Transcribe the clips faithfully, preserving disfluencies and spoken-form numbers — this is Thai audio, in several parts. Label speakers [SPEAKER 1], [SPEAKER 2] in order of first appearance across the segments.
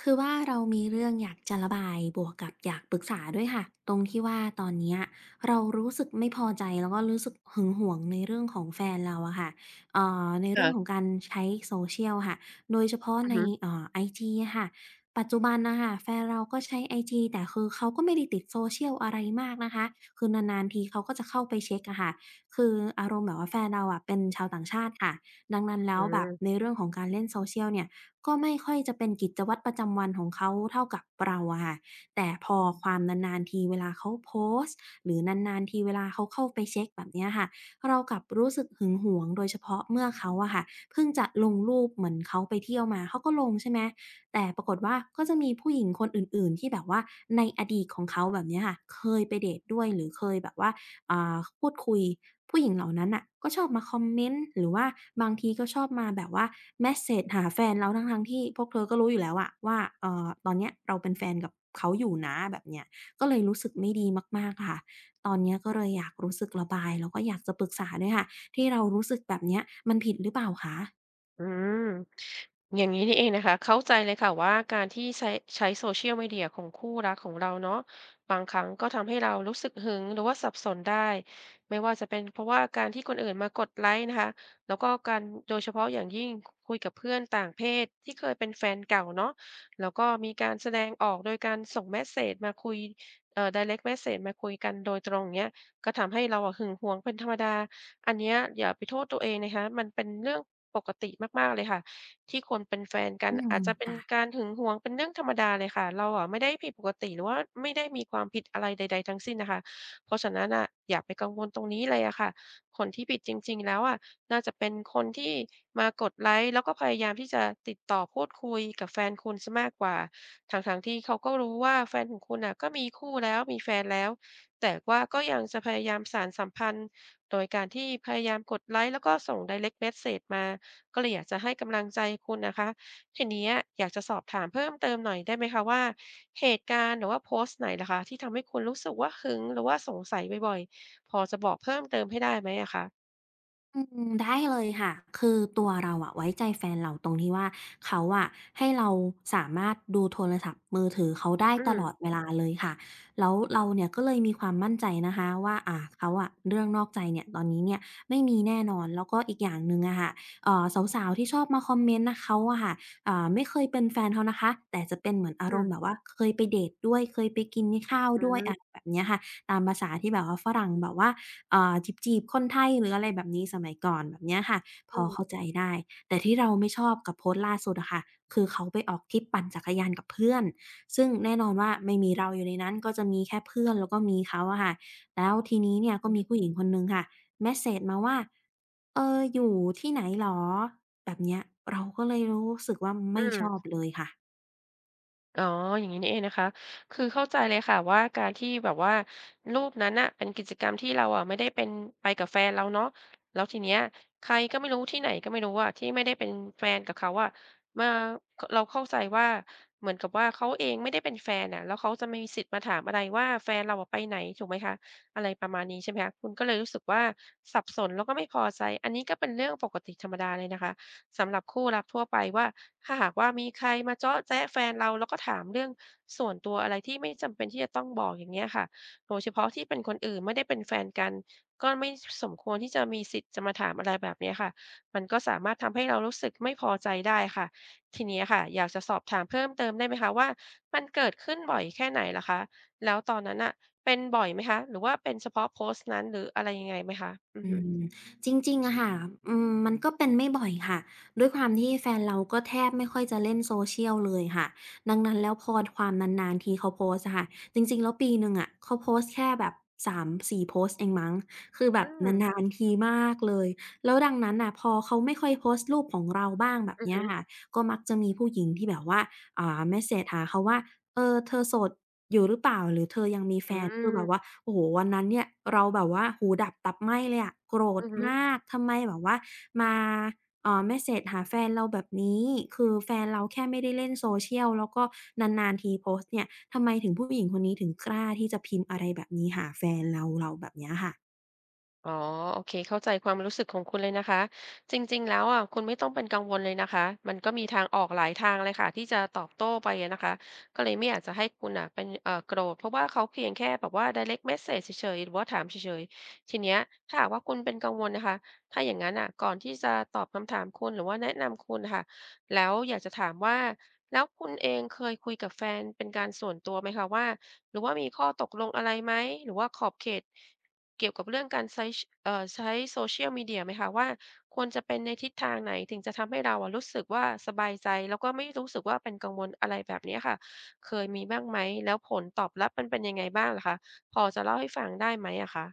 [SPEAKER 1] คือว่าเรามีเรื่องอยากจะระบายบวกกับอยากปรึกษาด้วยค่ะตรงที่ว่าตอนเนี้ยเรารู้สึกไม่พอใจแล้วก็รู้สึกหึงหวงในเรื่องของแฟนเราอะค่ะเอ่อในเรื่องของ
[SPEAKER 2] ค่ะ
[SPEAKER 1] การใช้โซเชียลค่ะโดยเฉพาะ
[SPEAKER 2] อือ
[SPEAKER 1] ใน
[SPEAKER 2] ฮึ
[SPEAKER 1] เอ่อไอจีอะค่ะปัจจุบันน่ะค่ะแฟนเราก็ใช้ไอจีแต่คือเขาก็ไม่ได้ติดโซเชียลอะไรมากนะคะคือนานๆทีเขาก็จะเข้าไปเช็กอะค่ะคืออารมณ์แบบว่าแฟนเราอะเป็นชาวต่างชาติค่ะดังนั้นแล้
[SPEAKER 2] อื
[SPEAKER 1] วแบบใน
[SPEAKER 2] ม
[SPEAKER 1] เรื่องของการเล่นโซเชียลเนี่ย ก็ไม่ค่อยจะเป็นกิจวัตรประจำวันของเขาเท่ากับเราอะค่ะแต่พอความนานๆทีเวลาเขาโพสต์หรือนานๆทีเวลาเขาเข้าไปเช็กแบบเนี้ยค่ะเรากลับรู้สึกหึงหวงโดยเฉพาะเมื่อเขาอะค่ะเพิ่งจะลงรูปเหมือนเขาไปเที่ยวมาเขาก็ลงใช่ไหมแต่ปรากฏว่าก็จะมีผู้หญิงคนอื่นๆที่แบบว่าในอดีตของเขาแบบเนี้ยค่ะเคยไปเดตด้วยหรือเคยแบบว่า อ่าพูดคุยผู้หญิงเหล่านั้นน่ะก็ชอบมาคอมเมนต์หรือว่าบางทีก็ชอบมาแบบว่าเมสเซจหาแฟนเราทั้งๆที่พวกเธอก็รู้อยู่แล้วอะว่าเอ่อตอนเนี้ยเราเป็นแฟนกับเขาอยู่นะแบบเนี้ยก็เลยรู้สึกไม่ดีมากๆค่ะตอนเนี้ยก็เลยอยากรู้สึกระบายแล้วก็อยากจะปรึกษาด้วยค่ะที่เรารู้สึกแบบเนี้ยมันผิดหรือเปล่าคะ
[SPEAKER 2] อืม อย่างนี้นี่เองนะคะเข้าใจเลยค่ะว่าการที่ใช้ใช้โซเชียลมีเดียของคู่รักของเราเนาะบางครั้งก็ทำให้เรารู้สึกหึงหรือว่าสับสนได้ไม่ว่าจะเป็นเพราะว่าการที่คนอื่นมากดไลค์นะคะแล้วก็การโดยเฉพาะอย่างยิ่งคุยกับเพื่อนต่างเพศที่เคยเป็นแฟนเก่าเนาะแล้วก็มีการแสดงออกโดยการส่งเมสเสจมาคุยเอ่อ direct message มาคุยกันโดยตรงเนี้ยก็ทำให้เราอะหึงหวงเป็นธรรมดาอันเนี้ยอย่าไปโทษตัวเองนะคะมันเป็นเรื่องปกติมากๆเลยค่ะ ที่คนเป็นแฟนกัน
[SPEAKER 1] อืม
[SPEAKER 2] อาจจะเป็น
[SPEAKER 1] ค่ะ
[SPEAKER 2] การหึงหวงเป็นเรื่องธรรมดาเลยค่ะเราอะไม่ได้ผิดปกติหรือว่าไม่ได้มีความผิดอะไรใดๆทั้งสิ้นน่ะค่ะเพราะฉะนั้นน่ะอย่าไปกังวลตรงนี้เลยอะค่ะคนที่ผิดจริงๆแล้วอะน่าจะเป็นคนที่มากดไลก์แล้วก็พยายามที่จะติดต่อพูดคุยกับแฟนคุณเสียมากกว่าทั้งๆที่เขาก็รู้ว่าแฟนของคุณน่ะก็มีคู่แล้วมีแฟนแล้วแต่ว่าก็ยังจะพยายามสานสัมพันธ์โดยการที่พยายามกดไลก์แล้วก็ส่ง direct message มา ก็เลยอยากจะให้กำลังใจคุณนะคะทีเนี้ยอยากจะสอบถามเพิ่มเติมหน่อยได้ไหมคะว่าเหตุการณ์หรือว่าโพสต์ไหนล่ะคะที่ทำให้คุณรู้สึกว่าหึงหรือว่าสงสัยบ่อยๆพอจะบอกเพิ่มเติมให้ได้ไหมอะคะ
[SPEAKER 1] อืมได้เลยค่ะ คือตัวเราอะไว้ใจแฟนเราตรงที่ว่าเขาอะให้เราสามารถดูโทรศัพท์มือถือเขาได้
[SPEAKER 2] อื
[SPEAKER 1] ต
[SPEAKER 2] ม
[SPEAKER 1] ลอดเวลาเลยค่ะ แล้วเราเนี่ยก็เลยมีความมั่นใจนะคะว่าอ่าเขาอะเรื่องนอกใจเนี่ยตอนนี้เนี่ยไม่มีแน่นอน แล้วก็อีกอย่างหนึ่งอะค่ะเอ่อสาวๆที่ชอบมาคอมเมนต์นะเขาอะค่ะอ่าไม่เคยเป็นแฟนเขานะคะแต่จะเป็นเหมือนอาร
[SPEAKER 2] อื
[SPEAKER 1] ม
[SPEAKER 2] ม
[SPEAKER 1] ณ์แบบว่าเคยไปเดตด้วยเคยไปกินข้าว
[SPEAKER 2] อื
[SPEAKER 1] ด้วยอะไร
[SPEAKER 2] ม
[SPEAKER 1] แบบเนี้ยค่ะตามภาษาที่แบบว่าฝรั่งแบบว่า อ่าจีบๆคนไทยหรืออะไรแบบนี้สมัยก่อนแบบเนี้ยค่ะพ
[SPEAKER 2] อื
[SPEAKER 1] อเข้า
[SPEAKER 2] ม
[SPEAKER 1] ใจได้แต่ที่เราไม่ชอบกับโพสต์ล่าสุดอะค่ะคือเขาไปออกทริปปั่นจักรยานกับเพื่อนซึ่งแน่นอนว่าไม่มีเราอยู่ในนั้นก็จะมีแค่เพื่อนแล้วก็มีเขาอะค่ะแล้วทีนี้เนี่ยก็มีผู้หญิงคนหนึ่งค่ะเมสเซจมาว่าเอออยู่ที่ไหนเหรอแบบเนี้ยเราก็เลยรู้สึกว่า
[SPEAKER 2] อื
[SPEAKER 1] ไม่ชอบ
[SPEAKER 2] ม
[SPEAKER 1] เลยค่ะ
[SPEAKER 2] อ๋ออย่างนี้นี่เองนะคะคือเข้าใจเลยค่ะว่าการที่แบบว่ารูปนั้นน่ะเป็นกิจกรรมที่เราอะไม่ได้เป็นไปกับแฟนเราเนาะแล้วทีเนี้ยใครก็ไม่รู้ที่ไหนก็ไม่รู้อะที่ไม่ได้เป็นแฟนกับเขาอะมาเราเข้าใจว่าเหมือนกับว่าเขาเองไม่ได้เป็นแฟนน่ะแล้วเขาจะไมมีสิทธิ์มาถามอะไรว่าแฟนเราอะไปไหนถูกไหมคะอะไรประมาณนี้ใช่ไหมคะคุณก็เลยรู้สึกว่าสับสนแล้วก็ไม่พอใจอันนี้ก็เป็นเรื่องปกติธรรมดาเลยนะคะ สำหรับคู่รักทั่วไปว่าถ้าหากว่ามีใครมาเจาะแจ๊ะแฟนเราแล้วก็ถามเรื่องส่วนตัวอะไรที่ไม่จำเป็นที่จะต้องบอกอย่างเงี้ยค่ะโดยเฉพาะที่เป็นคนอื่นไม่ได้เป็นแฟนกันก็ไม่สมควรที่จะมีสิทธิ์จะมาถามอะไรแบบเนี้ยค่ะมันก็สามารถทำให้เรารู้สึกไม่พอใจได้ค่ะทีเนี้ยค่ะอยากจะสอบถามเพิ่มเติมได้ไหมคะว่ามันเกิดขึ้นบ่อยแค่ไหนเหรอคะแล้วตอนนั้นน่ะเป็นบ่อยไหมคะหรือว่าเป็นเฉพาะโพสต์นั้นหรืออะไรยังไงไหมคะอือ
[SPEAKER 1] อื
[SPEAKER 2] ฮึ
[SPEAKER 1] มจริงๆอะค่ะอืมมันก็เป็นไม่บ่อยค่ะ ด้วยความที่แฟนเราก็แทบไม่ค่อยจะเล่น social เลยค่ะดังนั้นแล้วพอความนานๆทีเขาโพสต์อะค่ะจริงๆแล้วปีหนึ่งอะเขาโพสต์แค่แบบสามถึงสี่โพสต์เองมั้งคือแบ
[SPEAKER 2] อื
[SPEAKER 1] บ
[SPEAKER 2] ม
[SPEAKER 1] นานๆทีมากเลย แล้วดังนั้นน่ะพอเขาไม่ค่อยโพสต์รูปของเราบ้างแบบ
[SPEAKER 2] อือ
[SPEAKER 1] เนี้ย
[SPEAKER 2] ฮึ
[SPEAKER 1] ค่ะก็มักจะมีผู้หญิงที่แบบว่าอ่าเมสเสจหาเขาว่า เออเธอโสดอยู่หรือเปล่าหรือเธอยังมีแฟ
[SPEAKER 2] อื
[SPEAKER 1] นคือแบบว่า
[SPEAKER 2] ม
[SPEAKER 1] โอ้โฮวันนั้นเนี่ยเราแบบว่าหูดับตับไหม้เลยอะโกรธ
[SPEAKER 2] อือฮึ
[SPEAKER 1] มากทำไมแบบว่ามาเอ่อเมสเซจหาแฟนเราแบบนี้คือแฟนเราแค่ไม่ได้เล่น social แล้วก็นานๆทีโพสต์เนี่ยทำไมถึงผู้หญิงคนนี้ถึงกล้าที่จะพิมพ์อะไรแบบนี้หาแฟนเราเราแบบเนี้ยค่ะ
[SPEAKER 2] อ๋อโอเคเข้าใจความรู้สึกของคุณเลยนะคะจริงๆแล้วอ่ะคุณไม่ต้องเป็นกังวลเลยนะคะมันก็มีทางออกหลายทางเลยค่ะที่จะตอบโต้ไปอะนะคะก็เลยไม่อยากจะให้คุณอ่ะเป็นเอ่อโกรธเพราะว่าเขาเพียงแค่แบบว่า direct message เฉยๆหรือว่าถามเฉยๆทีเนี้ยถ้าหากว่าคุณเป็นกังวลนะคะถ้าอย่างนั้นอ่ะก่อนที่จะตอบคำถามคุณหรือว่าแนะนำคุณนะค่ะแล้วอยากจะถามว่าแล้วคุณเองเคยคุยกับแฟนเป็นการส่วนตัวไหมคะว่าหรือว่ามีข้อตกลงอะไรไหมหรือว่าขอบเขต เกี่ยวกับเรื่องการใช้เอ่อใช้ โซเชียล มีเดีย ไหมคะว่าควรจะเป็นในทิศทางไหนถึงจะทำให้เราอะรู้สึกว่าสบายใจแล้วก็ไม่รู้สึกว่าเป็นกังวลอะไรแบบเนี้ยค่ะเคยมีบ้างไหมแล้วผลตอบรับมันเป็นยังไงบ้างเหรอคะพอจะเล่าให้ฟังได้ไหมอะคะ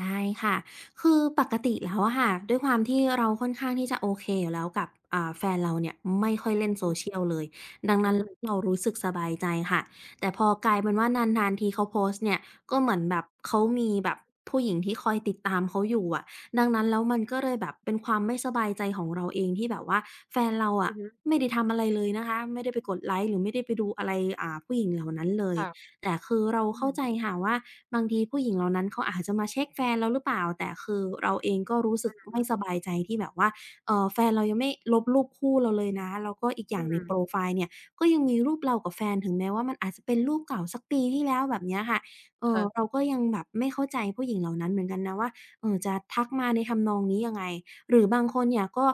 [SPEAKER 1] ได้ค่ะ คือปกติแล้วอะค่ะ ด้วยความที่เราค่อนข้างที่จะโอเคอยู่แล้วกับอ่าแฟนเราเนี่ยไม่ค่อยเล่น
[SPEAKER 2] อือ
[SPEAKER 1] social เลย ดัง
[SPEAKER 2] อื
[SPEAKER 1] นั้น
[SPEAKER 2] ม
[SPEAKER 1] เรารู้สึกสบายใจค่ะ แต่พอกลายเป็นว่านานๆทีเขาโพสต์เนี่ยก็เหมือนแบบเขามีแบบผู้หญิงที่คอยติดตามเขาอยู่อะดังนั้นแล้วมันก็เลยแบบเป็นความไม่สบายใจของเราเองที่แบบว่าแฟนเรา
[SPEAKER 2] อื
[SPEAKER 1] อะ
[SPEAKER 2] อฮึ
[SPEAKER 1] ไม่ได้ทำอะไรเลยนะคะไม่ได้ไปกดไลก์หรือไม่ได้ไปดูอะไรอ่าผู้หญิงเหล่านั้นเลย
[SPEAKER 2] ค่ะ
[SPEAKER 1] แต่คือเรา
[SPEAKER 2] อื
[SPEAKER 1] เข้าใจ
[SPEAKER 2] ม
[SPEAKER 1] ค่ะว่าบางทีผู้หญิงเหล่านั้นเขาอาจจะมาเช็กแฟนเราหรือเปล่าแต่คือเราเองก็รู้สึก
[SPEAKER 2] อือฮึ
[SPEAKER 1] ไม่สบายใจที่แบบว่าเอ่อแฟนเรายังไม่ลบรูปคู่เราเลยนะแล้วก็อีกอ
[SPEAKER 2] อื
[SPEAKER 1] ย่างใน
[SPEAKER 2] ม
[SPEAKER 1] โพรไฟล์เนี่ยก็ยังมีรูปเรากับแฟนถึงแม้ว่ามันอาจจะเป็นรูปเก่าสักปีที่แล้วแบบเนี้ยค่ะเอ่อ
[SPEAKER 2] ค่ะ
[SPEAKER 1] เราก็ยังแบบไม่เข้าใจผู้หญิงเหล่านั้นเหมือนกันนะว่าเอ่อจะทักมาในทำนองนี้ยังไงหรือบางคนเนี่ยก็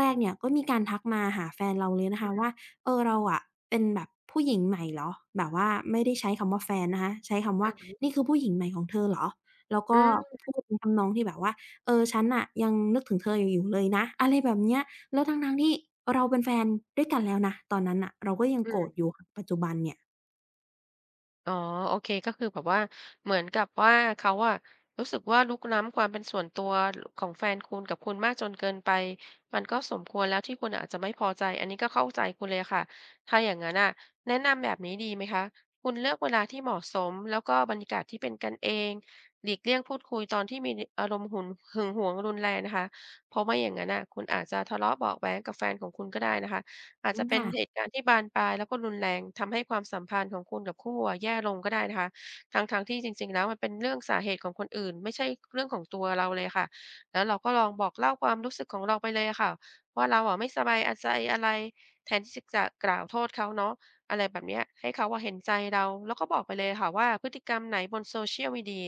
[SPEAKER 1] แรกๆเนี่ยก็มีการทักมาหาแฟนเราเลยนะคะว่า เออเราอะเป็นแบบผู้หญิงใหม่เหรอแบบว่าไม่ได้ใช้คำว่าแฟนนะคะใช้คำว่า
[SPEAKER 2] อือฮึ
[SPEAKER 1] นี่คือผู้หญิงใหม่ของเธอเหรอแล้ว
[SPEAKER 2] อื
[SPEAKER 1] ก็
[SPEAKER 2] ม
[SPEAKER 1] พูดในทำนองที่แบบว่าเออฉันน่ะยังนึกถึงเธออยู่อยู่เลยนะอะไรแบบเนี้ยแล้วทั้งๆที่เราเป็นแฟนด้วยกันแล้วนะตอนนั้นน่ะเราก็ยัง
[SPEAKER 2] อื
[SPEAKER 1] โกรธ
[SPEAKER 2] ม
[SPEAKER 1] อยู่ปัจจุบันเนี่ย
[SPEAKER 2] อ๋อโอเคก็คือแบบว่าเหมือนกับว่าเขาอะรู้สึกว่ารุกล้ำความเป็นส่วนตัวของแฟนคุณกับคุณมากจนเกินไปมันก็สมควรแล้วที่คุณอาจจะไม่พอใจอันนี้ก็เข้าใจคุณเลยค่ะถ้าอย่างงั้นน่ะแนะนำแบบนี้ดีไหมคะคุณเลือกเวลาที่เหมาะสมแล้วก็บรรยากาศที่เป็นกันเองหลีกเลี่ยงพูดคุยตอนที่มีอารมณ์หุนหึงหวงรุนแรงนะคะเพราะไม่อย่างนั้นน่ะคุณอาจจะทะเลาะเบาะแว้งกับแฟนของคุณก็ได้นะคะ อาจ
[SPEAKER 1] อืม
[SPEAKER 2] จะเป็น
[SPEAKER 1] ค่ะ
[SPEAKER 2] เหตุการณ์ที่บานปลายแล้วก็รุนแรงทำให้ความสัมพันธ์ของคุณกับคู่อะแย่ลงก็ได้นะคะทั้งๆที่จริงๆแล้วมันเป็นเรื่องสาเหตุของคนอื่นไม่ใช่เรื่องของตัวเราเลยค่ะแล้วเราก็ลองบอกเล่าความรู้สึกของเราไปเลยค่ะว่าเราอะไม่สบายใจอะไรแทนที่จะกล่าวโทษเขาเนาะอะไรแบบเนี้ยให้เขาว่าเห็นใจเราแล้วก็บอกไปเลยค่ะว่าพฤติกรรมไหนบนโซเชียลมีเดีย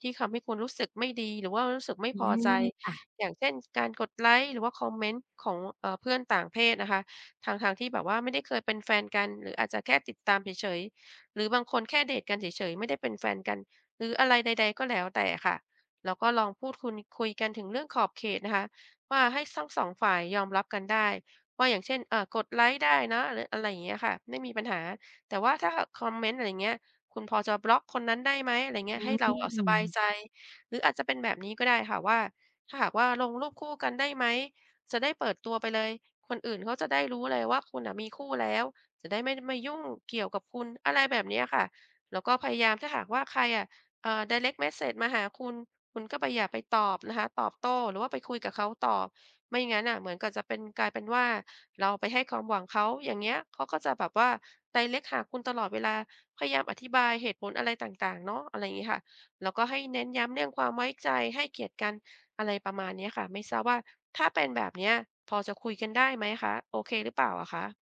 [SPEAKER 2] ที่ทำให้คุณรู้สึกไม่ดีหรือว่ารู้สึกไม่
[SPEAKER 1] อ
[SPEAKER 2] พอใจ
[SPEAKER 1] ื
[SPEAKER 2] อย่างเช่นการกดไลค์หรือว่าคอมเมนต์ของเอ่อเพื่อนต่างเพศนะคะ ทั้งๆที่แบบว่าไม่ได้เคยเป็นแฟนกันหรืออาจจะแค่ติดตามเฉยๆหรือบางคนแค่เดทกันเฉยๆไม่ได้เป็นแฟนกันหรืออะไรใดๆก็แล้วแต่ค่ะแล้วก็ลองพูดคุณคุยกันถึงเรื่องขอบเขตนะคะว่าให้ทั้งสองฝ่ายยอมรับกันได้ว่าอย่างเช่นเอ่อกดไลค์ได้นะหรืออะไรอย่างเงี้ยค่ะไม่มีปัญหาแต่ว่าถ้าคอมเมนต์อะไรเงี้ยคุณพอจะบล็อกคนนั้นได้ไหมอะไรเงี้ยให้เราอะสบายใจ
[SPEAKER 1] ม
[SPEAKER 2] หรืออาจจะเป็นแบบนี้ก็ได้ค่ะว่าถ้าหากว่าลงรูปคู่กันได้ไหม จะได้เปิดตัวไปเลย คนอื่นเขาจะได้รู้เลยว่าคุณน่ะมีคู่แล้ว จะได้ไม่มายุ่งเกี่ยวกับคุณอะไรแบบเนี้ยค่ะ แล้วก็พยายามถ้าหากว่าใครอะเอ่อไดเรกต์เมสเสจมาหาคุณ คุณก็ไปอย่าไปตอบนะคะตอบโต้ หรือว่าไปคุยกับเขาต่อไม่งั้นน่ะเหมือนกับจะเป็นกลายเป็นว่าเราไปให้ความหวังเขา อย่างเงี้ยเขาก็จะแบบว่า ดี ดี อาร์ อี ซี ที หาคุณตลอดเวลา พยายามอธิบายเหตุผลอะไรต่างๆเนาะอะไรอย่างงี้ค่ะแล้วก็ให้เน้นย้ำเรื่องความไว้ใจให้เกียรติกัน อะไรประมาณเนี้ยค่ะไม่ทราบว่าถ้าเป็นแบบเนี้ยพอจะคุยกันได้ไหมคะโอเคหรือเปล่าอะคะ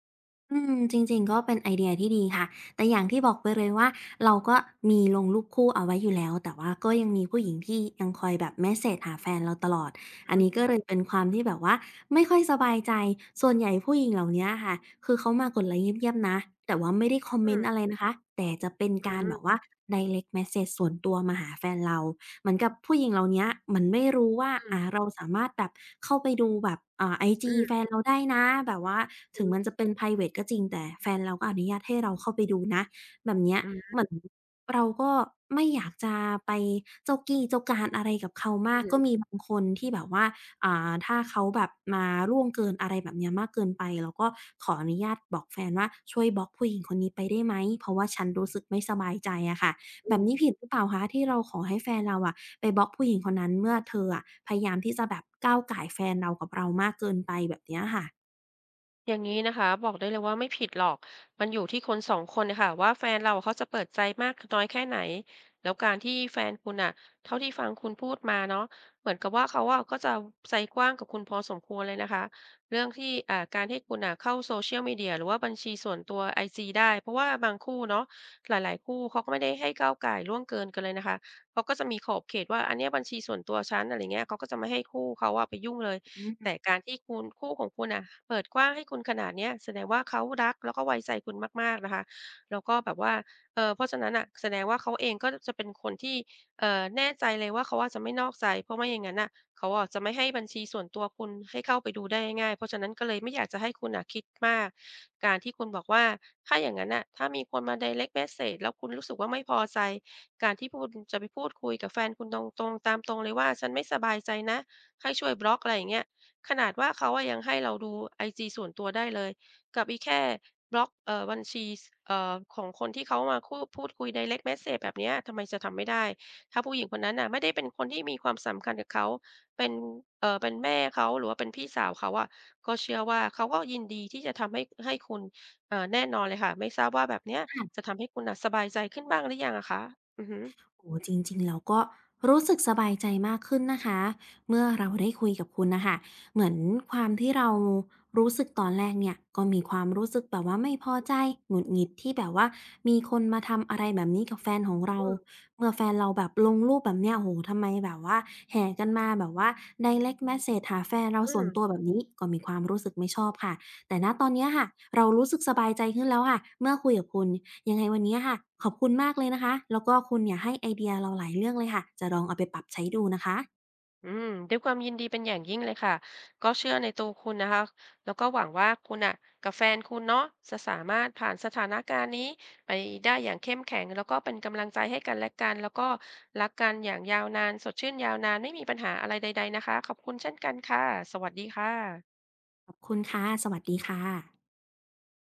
[SPEAKER 1] อืมจริงๆก็เป็นไอเดียที่ดีค่ะแต่อย่างที่บอกไปเลยว่าเราก็มีลงรูปคู่เอาไว้อยู่แล้วแต่ว่าก็ยังมีผู้หญิงที่ยังคอยแบบเมสเสจหาแฟนเราตลอดอันนี้ก็เลยเป็นความที่แบบว่าไม่ค่อยสบายใจส่วนใหญ่ผู้หญิงเหล่าเนี้ยค่ะคือเขามากดไลค์เงียบๆนะแต่ว่าไม่ได้คอมเม
[SPEAKER 2] อื
[SPEAKER 1] นต์อะไร
[SPEAKER 2] ม
[SPEAKER 1] นะคะแต่จะเป็น
[SPEAKER 2] อื
[SPEAKER 1] การแบบ
[SPEAKER 2] ม
[SPEAKER 1] ว่าไดเรกต์เมสเสจส่วนตัวมาหาแฟนเรา เหมือนกับผู้หญิงเหล่าเนี้ยเหมือนไม่รู้ว่า
[SPEAKER 2] อื
[SPEAKER 1] อ่า
[SPEAKER 2] ม
[SPEAKER 1] เราสามารถแบบเข้าไปดูแบบอ่าไอ
[SPEAKER 2] อื
[SPEAKER 1] จีแฟ
[SPEAKER 2] ม
[SPEAKER 1] นเราได้นะแบบว่า
[SPEAKER 2] ออ
[SPEAKER 1] ถึ
[SPEAKER 2] ฮึ
[SPEAKER 1] งมันจะเป็นไพรเวตก็จริงแต่แฟนเราก็อนุญาตให้เราเข้าไปดูนะแบบเนี้ยเหมือนเราก็ไม่อยากจะไปเจ้ากี้เจ้าการอะไรกับเขา
[SPEAKER 2] อื
[SPEAKER 1] มากก็
[SPEAKER 2] ม
[SPEAKER 1] มีบางคนที่แบบว่าอ่าถ้าเขาแบบมาล่วงเกินอะไรแบบเนี้ยมากเกินไปเราก็ขออนุญาตบอกแฟนว่าช่วยบล็อกผู้หญิงคนนี้ไปได้ไหมเพราะว่าฉันรู้สึกไม่สบายใจอะค่ะ แบบนี้ผิดหรือเปล่าคะที่เราขอให้แฟนเราอะไปบล็อกผู้หญิงคนนั้นเมื่อเธออะพยายามที่จะแบบก้าวก่ายแฟนเรากับเรามากเกินไปแบบเนี้ยค่ะ
[SPEAKER 2] อย่างนี้นะคะบอกได้เลยว่าไม่ผิดหรอกมันอยู่ที่คนสองคนนะคะว่าแฟนเราเขาจะเปิดใจมากน้อยแค่ไหนแล้วการที่แฟนคุณอ่ะเท่าที่ฟังคุณพูดมาเนาะเหมือนกับว่าเขาอะก็จะใจกว้างกับคุณพอสมควรเลยนะคะเรื่องที่อ่าการที่คุณอ่ะเข้า โซเชียล มีเดีย หรือว่าบัญชีส่วนตัวไอจีได้เพราะว่าบางคู่เนาะหลายๆคู่เขาก็ไม่ได้ให้ก้าวก่ายล่วงเกินกันเลยนะคะเขาก็จะมีขอบเขตว่าอันเนี้ยบัญชีส่วนตัวฉันอะไรเงี้ยเขาก็จะไม่ให้คู่เขาอะไปยุ่งเลย
[SPEAKER 1] อืม
[SPEAKER 2] แต่การที่คุณคู่ของคุณน่ะเปิดกว้างให้คุณขนาดเนี้ยแสดงว่าเขารักแล้วก็ไว้ใจคุณมากๆนะคะแล้วก็แบบว่าเอ่อเพราะฉะนั้นน่ะแสดงว่าเขาเองก็จะเป็นคนที่เอ่อแน่ใจเลยว่าเขาอะจะไม่นอกใจเพราะไม่อย่างงั้นน่ะเขาอะจะไม่ให้บัญชีส่วนตัวคุณให้เข้าไปดูได้ง่ายๆเพราะฉะนั้นก็เลยไม่อยากจะให้คุณน่ะคิดมากการที่คุณบอกว่าถ้าอย่างงั้นน่ะถ้ามีคนมา direct message แล้วคุณรู้สึกว่าไม่พอใจการที่คุณจะไปพูดคุยกับแฟนคุณตรงๆตามตรงเลยว่าฉันไม่สบายใจนะให้ช่วยบล็อกอะไรอย่างเงี้ย ขนาดว่าเขาอะยังให้เราดูไอจีส่วนตัวได้เลยกับอีแค่บล็อกเอ่อบัญชีสเอ่อของคนที่เขามาคู่พูดคุย direct message แบบเนี้ยทำไมจะทำไม่ได้ถ้าผู้หญิงคนนั้นน่ะไม่ได้เป็นคนที่มีความสำคัญกับเขาเป็นเอ่อเป็นแม่เขาหรือว่าเป็นพี่สาวเขาอะก็เชื่อว่าเขาก็ยินดีที่จะทำให้ให้คุณเอ่อแน่นอนเลยค่ะไม่ทราบว่าแบบเนี้ย
[SPEAKER 1] ค่ะ
[SPEAKER 2] จะทำให้คุณน่ะสบายใจขึ้นบ้างหรือยังอะคะอือฮึ
[SPEAKER 1] โอ้จริงๆเราก็รู้สึกสบายใจมากขึ้นนะคะเมื่อเราได้คุยกับคุณนะคะเหมือนความที่เรารู้สึกตอนแรกเนี่ยก็มีความรู้สึกแบบว่าไม่พอใจหงุดหงิดที่แบบว่ามีคนมาทำอะไรแบบนี้กับแฟนของเรา
[SPEAKER 2] อืม
[SPEAKER 1] เมื่อแฟนเราแบบลงรูปแบบเนี้ยโอ้โหทำไมแบบว่าแห่กันมาแบบว่า ไดเรกต์ เมสเสจ หาแฟนเรา
[SPEAKER 2] อื
[SPEAKER 1] ส่ว
[SPEAKER 2] ม
[SPEAKER 1] นตัวแบบนี้ก็มีความรู้สึกไม่ชอบค่ะแต่ณตอนเนี้ยค่ะเรารู้สึกสบายใจขึ้นแล้วค่ะเมื่อคุยกับคุณ ยังไงวันนี้ค่ะขอบคุณมากเลยนะคะแล้วก็คุณเนี่ยให้ไอเดียเราหลายเรื่องเลยค่ะจะลองเอาไปปรับใช้ดูนะคะ
[SPEAKER 2] อืมด้วยความยินดีเป็นอย่างยิ่งเลยค่ะก็เชื่อในตัวคุณนะคะแล้วก็หวังว่าคุณอ่ะกับแฟนคุณเนาะจะสามารถผ่านสถานการณ์นี้ไปได้อย่างเข้มแข็งแล้วก็เป็นกำลังใจให้กันและกันแล้วก็รักกันอย่างยาวนานสดชื่นยาวนานไม่มีปัญหาอะไรใดๆนะคะขอบคุณเช่นกันค่ะสวัสดีค่ะ
[SPEAKER 1] ขอบคุณค่ะสวัสดีค่ะ